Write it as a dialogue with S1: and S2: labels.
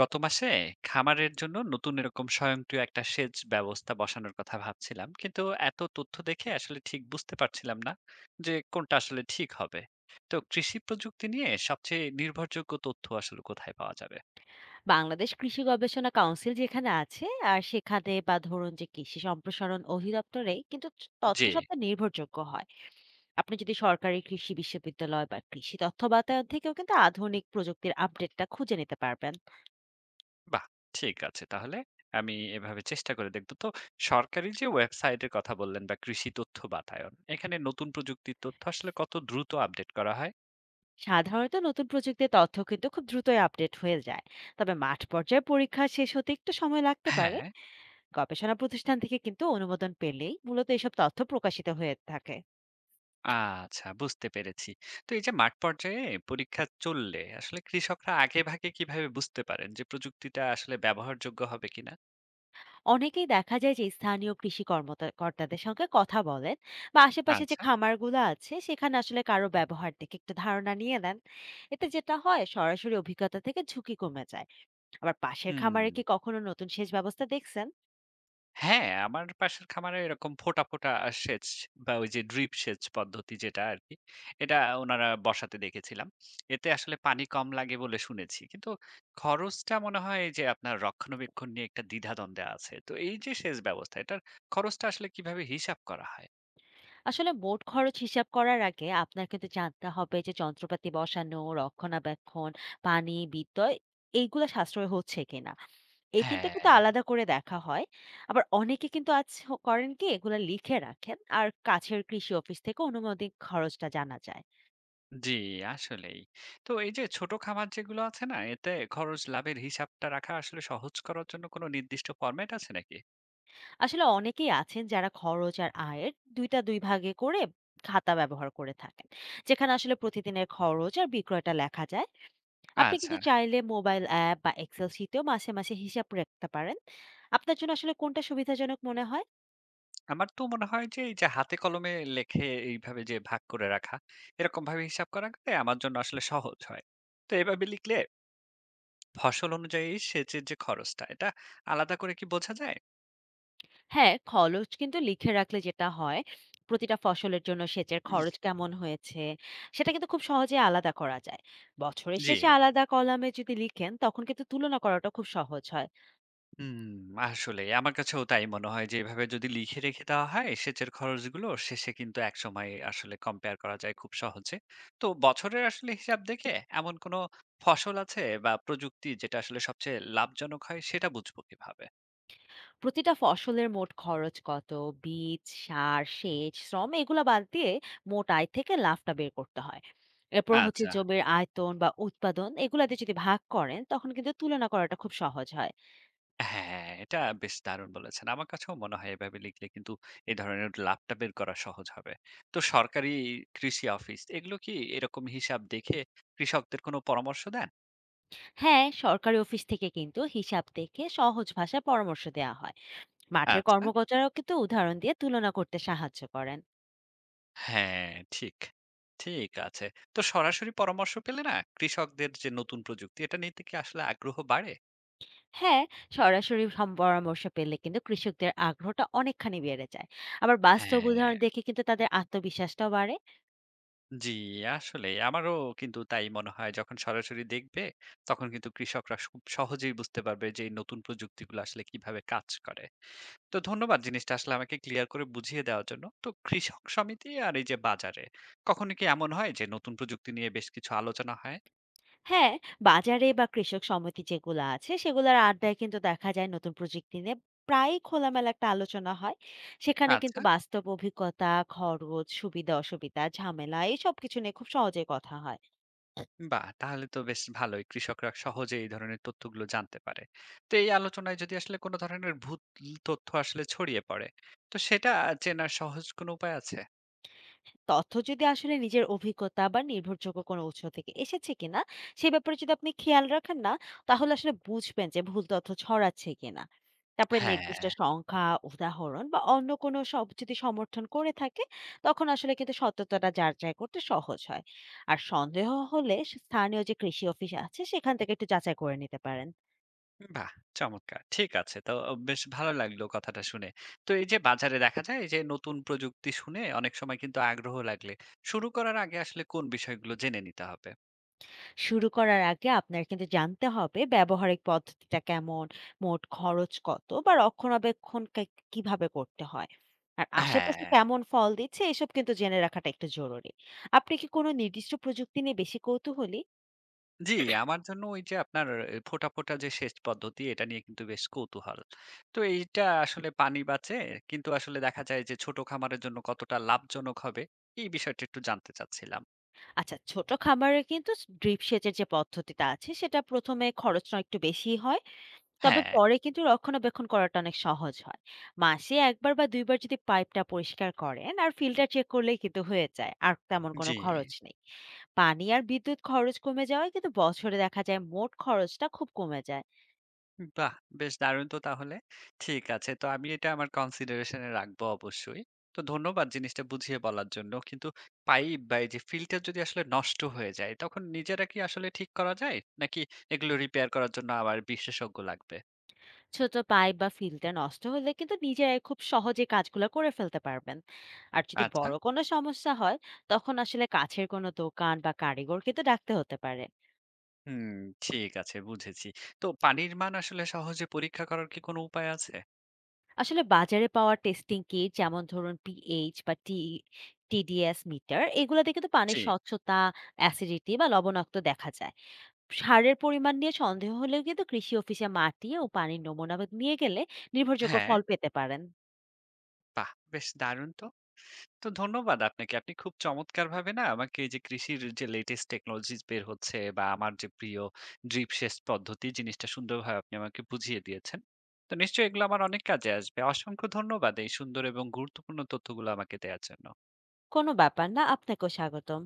S1: গত মাসে খামারের জন্য নতুন এরকম স্বয়ংক্রিয় একটা সেচ ব্যবস্থা বসানোর কথা ভাবছিলাম, কিন্তু এত তথ্য দেখে আসলে ঠিক বুঝতে পারছিলাম না যে কোনটা আসলে ঠিক হবে। তো কৃষি প্রযুক্তি নিয়ে সবচেয়ে নির্ভরযোগ্য তথ্য আসলে কোথায় পাওয়া যাবে?
S2: বাংলাদেশ কৃষি গবেষণা কাউন্সিল যেখানে আছে, আর সেখানে বা ধরুন যে কৃষি সম্প্রসারণ অধিদপ্তরে কিন্তু তথ্য
S1: জি।
S2: সবটা নির্ভরযোগ্য হয়। আপনি যদি সরকারি কৃষি বিশ্ববিদ্যালয় বা কৃষি তথ্য বাতায়ন থেকেও কিন্তু আধুনিক প্রযুক্তির আপডেটটা খুঁজে নিতে পারবেন।
S1: বাহ, ঠিক আছে তাহলে। আমি এভাবে চেষ্টা করে দেখবো। তো সরকারি যে ওয়েবসাইটের কথা বললেন বা কৃষি তথ্য বাতায়ন, এখানে নতুন প্রযুক্তির তথ্য আসলে কত দ্রুত আপডেট করা হয়?
S2: সাধারণত নতুন প্রযুক্তির তথ্য কিন্তু খুব দ্রুতই আপডেট হয়ে যায়, তবে মাঠ পর্যায়ে পরীক্ষা শেষ হতে একটু সময় লাগতে পারে।
S1: হ্যাঁ।
S2: গবেষণা প্রতিষ্ঠান থেকে কিন্তু অনুমোদন পেলেই মূলত এসব তথ্য প্রকাশিত হয়ে থাকে।
S1: আচ্ছা, বুঝতে পেরেছি। তো এই যে মাঠ পর্যায়ে পরীক্ষা চললে আসলে কৃষকরা আগে ভাগে কিভাবে বুঝতে পারেন যে প্রযুক্তিটা আসলে ব্যবহারযোগ্য হবে কিনা?
S2: অনেকেই দেখা যায় যে স্থানীয় কৃষি কর্তাদের সঙ্গে কথা বলেন, বা আশেপাশে যে
S1: আচ্ছা।
S2: খামারগুলো আছে সেখানে আসলে কারো ব্যবহার থেকে একটু ধারণা নিয়ে নেন। এতে যেটা হয়, সরাসরি অভিজ্ঞতা থেকে ঝুঁকি কমে যায়। আবার পাশের
S1: হুম।
S2: খামারে কি কখনো নতুন সেচ ব্যবস্থা দেখছেন?
S1: হ্যাঁ, আমার পাশের খামারে এরকম ফোঁটা, ফোঁটা সেচ বা ওই যে ড্রিপ সেচ পদ্ধতি যেটা আরকি, এটা ওনারা বসাতে দেখেছিলাম। এতে আসলে পানি কম লাগে বলে শুনেছি। কিন্তু খরচটা মনে হয় যে আপনার রক্ষণাবেক্ষণ নিয়ে একটা দ্বিধাদ্বন্দ্বে আছে। তো এই যে সেচ ব্যবস্থা, এটার খরচটা আসলে কিভাবে হিসাব করা হয়?
S2: আসলে মোট খরচ হিসাব করার আগে আপনার কিন্তু জানতে হবে যে যন্ত্রপাতি বসানো, রক্ষণাবেক্ষণ, পানি, বিদ্যুৎ এইগুলো সাশ্রয় হচ্ছে কিনা। এই ৩ টা কিন্তু
S1: হ্যাঁ।
S2: আলাদা করে দেখা হয়। আবার অনেকে কিন্তু করেন কি, এগুলা লিখে রাখেন। আর কাছের কৃষি অফিস থেকে অনুমোদিত খরচটা জানা যায়।
S1: জি, আসলেই। তো এই যে ছোট খামার যেগুলো আছে না, এতে খরচ লাভের হিসাবটা রাখা আসলে সহজ করার জন্য কোনো নির্দিষ্ট ফরম্যাট আছে নাকি?
S2: আসলে অনেকেই আছেন যারা খরচ আর আয়ের ২ টা ২ ভাগে করে খাতা ব্যবহার করে থাকেন, যেখানে আসলে প্রতিদিনের খরচ আর বিক্রয়টা লেখা যায়। আপনি
S1: আচ্ছা।
S2: কিন্তু চাইলে মোবাইল অ্যাপ বা এক্সেল শীটেও মাসে, মাসে হিসাব রাখতে পারেন। আপনার জন্য আসলে কোনটা সুবিধাজনক মনে হয়?
S1: আমার তো মনে হয় যে এই যে হাতে কলমে লেখে এইভাবে যে ভাগ করে রাখা, এরকমভাবে হিসাব করা গেলে আমার জন্য আসলে সহজ হয়। তো এভাবে লিখলে ফসল অনুযায়ী সেচের যে খরচটা, এটা আলাদা করে কি বোঝা যায়?
S2: হ্যাঁ, খরচ কিন্তু লিখে রাখলে যেটা হয়, প্রতিটা ফসলের জন্য সেচের
S1: উম,
S2: খরচ কেমন হয়েছে, সেটা কিন্তু খুব সহজে আলাদা করা যায়। বছরের
S1: জি।
S2: শেষে আলাদা কলামে যদি লিখেন, তখন কিন্তু তুলনা করাটা খুব সহজ হয়।
S1: হুম, আসলে আমার কাছেও তাই মনে হয় যে এভাবে যদি লিখে রেখে দেওয়া হয়, সেচের খরচগুলো শেষে কিন্তু একসময় আসলে কম্পেয়ার করা যায় খুব সহজে। তো বছরের আসলে হিসাব দেখে এমন কোনো ফসল আছে বা প্রযুক্তি যেটা আসলে সবচেয়ে লাভজনক হয়, সেটা বুঝবো কিভাবে?
S2: প্রতিটা ফসলের মোট খরচ কত, বীজ, সার, সেচ, শ্রম এগুলো বাদ দিয়ে মোট আয় থেকে লাভটা বের করতে হয়। এরপর হচ্ছে
S1: আচ্ছা।
S2: জমির আয়তন বা উৎপাদন এগুলাতে যদি ভাগ করেন, তখন কিন্তু তুলনা করাটা খুব সহজ হয়।
S1: হ্যাঁ, এটা বেশ দারুণ বলেছেন। আমার কাছেও মনে হয় এভাবে লিখলে কিন্তু এই ধরনের লাভটা বের করা সহজ হবে। তো সরকারি কৃষি অফিস এগুলো কি এরকম হিসাব দেখে কৃষকদের কোনো পরামর্শ দেন?
S2: হ্যাঁ, সরকারি অফিস থেকে কিন্তু হিসাব দেখে সহজ ভাষায় পরামর্শ দেয়া হয়। মাঠের
S1: আচ্ছা।
S2: কর্মকর্তারাও কিন্তু উদাহরণ দিয়ে তুলনা করতে সাহায্য করেন।
S1: হ্যাঁ, ঠিক। ঠিক আছে। তো সরাসরি পরামর্শ পেলে না, কৃষকদের যে নতুন প্রযুক্তি এটা নিতে কি আসলে আগ্রহ বাড়ে?
S2: হ্যাঁ, সরাসরি পরামর্শ পেলে কিন্তু কৃষকদের আগ্রহটা অনেকখানি বেড়ে যায়। আবার বাস্তব
S1: হ্যাঁ,
S2: উদাহরণ দেখে কিন্তু তাদের আত্মবিশ্বাসটাও বাড়ে।
S1: জি। আসলেই আমারও কিন্তু তাই মনে হয়, যখন সরাসরি দেখবে তখন কিন্তু কৃষকরা খুব সহজেই বুঝতে পারবে যে এই নতুন প্রযুক্তিগুলো আসলে কিভাবে কাজ করে। তো ধন্যবাদ জিনিসটা আসলে আমাকে ক্লিয়ার করে বুঝিয়ে দেওয়ার জন্য। তো কৃষক সমিতি আর এই যে বাজারে কখনো কি এমন হয় যে নতুন প্রযুক্তি নিয়ে বেশ কিছু আলোচনা হয়?
S2: হ্যাঁ, বাজারে বা কৃষক সমিতি যেগুলো আছে সেগুলোর আড্ডায় কিন্তু দেখা যায় নতুন প্রযুক্তি নিয়ে প্রায়ই খোলামেলা একটা আলোচনা হয়। সেখানে কিন্তু
S1: আচ্ছা।
S2: বাস্তব অভিজ্ঞতা, খরচ, সুবিধা, অসুবিধা, ঝামেলা এই সব কিছু নিয়ে খুব সহজে কথা হয়।
S1: বাহ! তাহলে তো বেশ ভালোই। কৃষকরা সহজে এই ধরনের তথ্যগুলো জানতে পারে। তো এই আলোচনায় যদি আসলে কোনো ধরনের ভুল তথ্য আসলে ছড়িয়ে পড়ে, তো সেটা চেনার সহজ কোনো উপায় আছে?
S2: তথ্য যদি আসলে নিজের অভিজ্ঞতা বা নির্ভরযোগ্য কোনো উৎস থেকে এসেছে কিনা সে ব্যাপারে যদি আপনি খেয়াল রাখেন না, তাহলে আসলে বুঝবেন যে ভুল তথ্য ছড়াচ্ছে কিনা। তারপরে
S1: হ্যাঁ।
S2: নির্দিষ্ট সংখ্যা, উদাহরণ বা অন্য কোনো সব যদি সমর্থন করে থাকে, তখন আসলে কিন্তু সত্যতাটা যাচাই করতে সহজ হয়। আর সন্দেহ হলে স্থানীয় যে কৃষি অফিস আছে সেখান থেকে একটু যাচাই করে নিতে পারেন।
S1: বাহ! চমৎকার। ঠিক আছে। তো বেশ ভালো লাগলো কথাটা শুনে। তো এই যে বাজারে দেখা যায় যে নতুন প্রযুক্তি শুনে অনেক সময় কিন্তু আগ্রহ লাগলে, শুরু করার আগে আসলে কোন বিষয়গুলো জেনে নিতে হবে?
S2: শুরু করার আগে আপনার কিন্তু জানতে হবে ব্যবহারিক পদ্ধতিটা কেমন, মোট খরচ কত বা রক্ষণাবেক্ষণ কিভাবে করতে হয়, আর আশেপাশে
S1: হ্যাঁ।
S2: কেমন ফল দিচ্ছে এসব কিন্তু জেনে রাখাটা একটু জরুরি। আপনি কি কোনো নির্দিষ্ট প্রযুক্তি নিয়ে বেশি কৌতূহলী?
S1: জি, আমার জন্য ওই যে আপনার এ ফোঁটা, ফোঁটা যে সেচ পদ্ধতি, এটা নিয়ে কিন্তু বেশ কৌতূহল। তো এইটা আসলে পানি বাঁচে, কিন্তু আসলে দেখা যায় যে ছোট খামারের জন্য কতটা লাভজনক হবে, এই বিষয়টা একটু জানতে চাচ্ছিলাম।
S2: আচ্ছা, ছোট খামারে কিন্তু ড্রিপ সেচের যে পদ্ধতিটা আছে সেটা প্রথমে খরচটা একটু বেশি হয়, তবে
S1: হ্যাঁ,
S2: পরে কিন্তু রক্ষণাবেক্ষণ করাটা অনেক সহজ হয়। মাসে একবার বা দুইবার যদি পাইপটা পরিষ্কার করেন আর ফিল্টার চেক করলেই কিন্তু হয়ে যায়, আর তেমন কোনো
S1: জি।
S2: খরচ নেই। পানি আর বিদ্যুৎ খরচ কমে যাওয়ায় কিন্তু বছরে দেখা যায় মোট খরচটা খুব কমে যায়।
S1: বাহ! বেশ দারুণ তো তাহলে। ঠিক আছে। তো আমি এটা আমার কনসিডারেশন এ রাখবো অবশ্যই। তো ধন্যবাদ জিনিসটা বুঝিয়ে বলার জন্য। কিন্তু পাইপ বা এই যে ফিল্টার যদি আসলে নষ্ট হয়ে যায়, তখন নিজেরা কি আসলে ঠিক করা যায়? নাকি এগুলো রিপেয়ার করার জন্য আবার বিশেষজ্ঞ লাগবে?
S2: ছোট পাইপ বা ফিল্টার নষ্ট হলে কিন্তু নিজেরাই খুব সহজে কাজগুলো করে ফেলতে পারবেন। আর যদি
S1: আচ্ছা।
S2: বড় কোনো সমস্যা হয়, তখন আসলে কাছের কোনো দোকান বা কারিগর কিন্তু ডাকতে হতে পারে।
S1: হুম, ঠিক আছে, বুঝেছি। তো পানির মান আসলে সহজে পরীক্ষা করার কি কোনো উপায় আছে?
S2: আসলে বাজারে পাওয়া টেস্টিং কিট, যেমন ধরুন পিএইচ বা টিডিএস মিটার এগুলোতে কিন্তু পানির
S1: জি।
S2: স্বচ্ছতা, অ্যাসিডিটি বা লবণাক্ত দেখা যায়। সারের পরিমাণ নিয়ে সন্দেহ হলেও কিন্তু কৃষি অফিসে মাটি ও পানির নমুনা নিয়ে গেলে নির্ভরযোগ্য
S1: হ্যাঁ,
S2: ফল পেতে পারেন।
S1: বাহ! বেশ দারুণ তো। তো ধন্যবাদ আপনাকে। আপনি খুব চমৎকারভাবে না আমাকে এই যে কৃষির যে লেটেস্ট টেকনোলজিস বের হচ্ছে বা আমার যে প্রিয় ড্রিপ সেচ পদ্ধতি জিনিসটা সুন্দরভাবে আপনি আমাকে বুঝিয়ে দিয়েছেন। তো নিশ্চয়ই এগুলো আমার অনেক কাজে আসবে। অসংখ্য ধন্যবাদ এই সুন্দর এবং গুরুত্বপূর্ণ তথ্যগুলো আমাকে দেয়ার জন্য।
S2: কোনো ব্যাপার না, আপনাকেও স্বাগতম।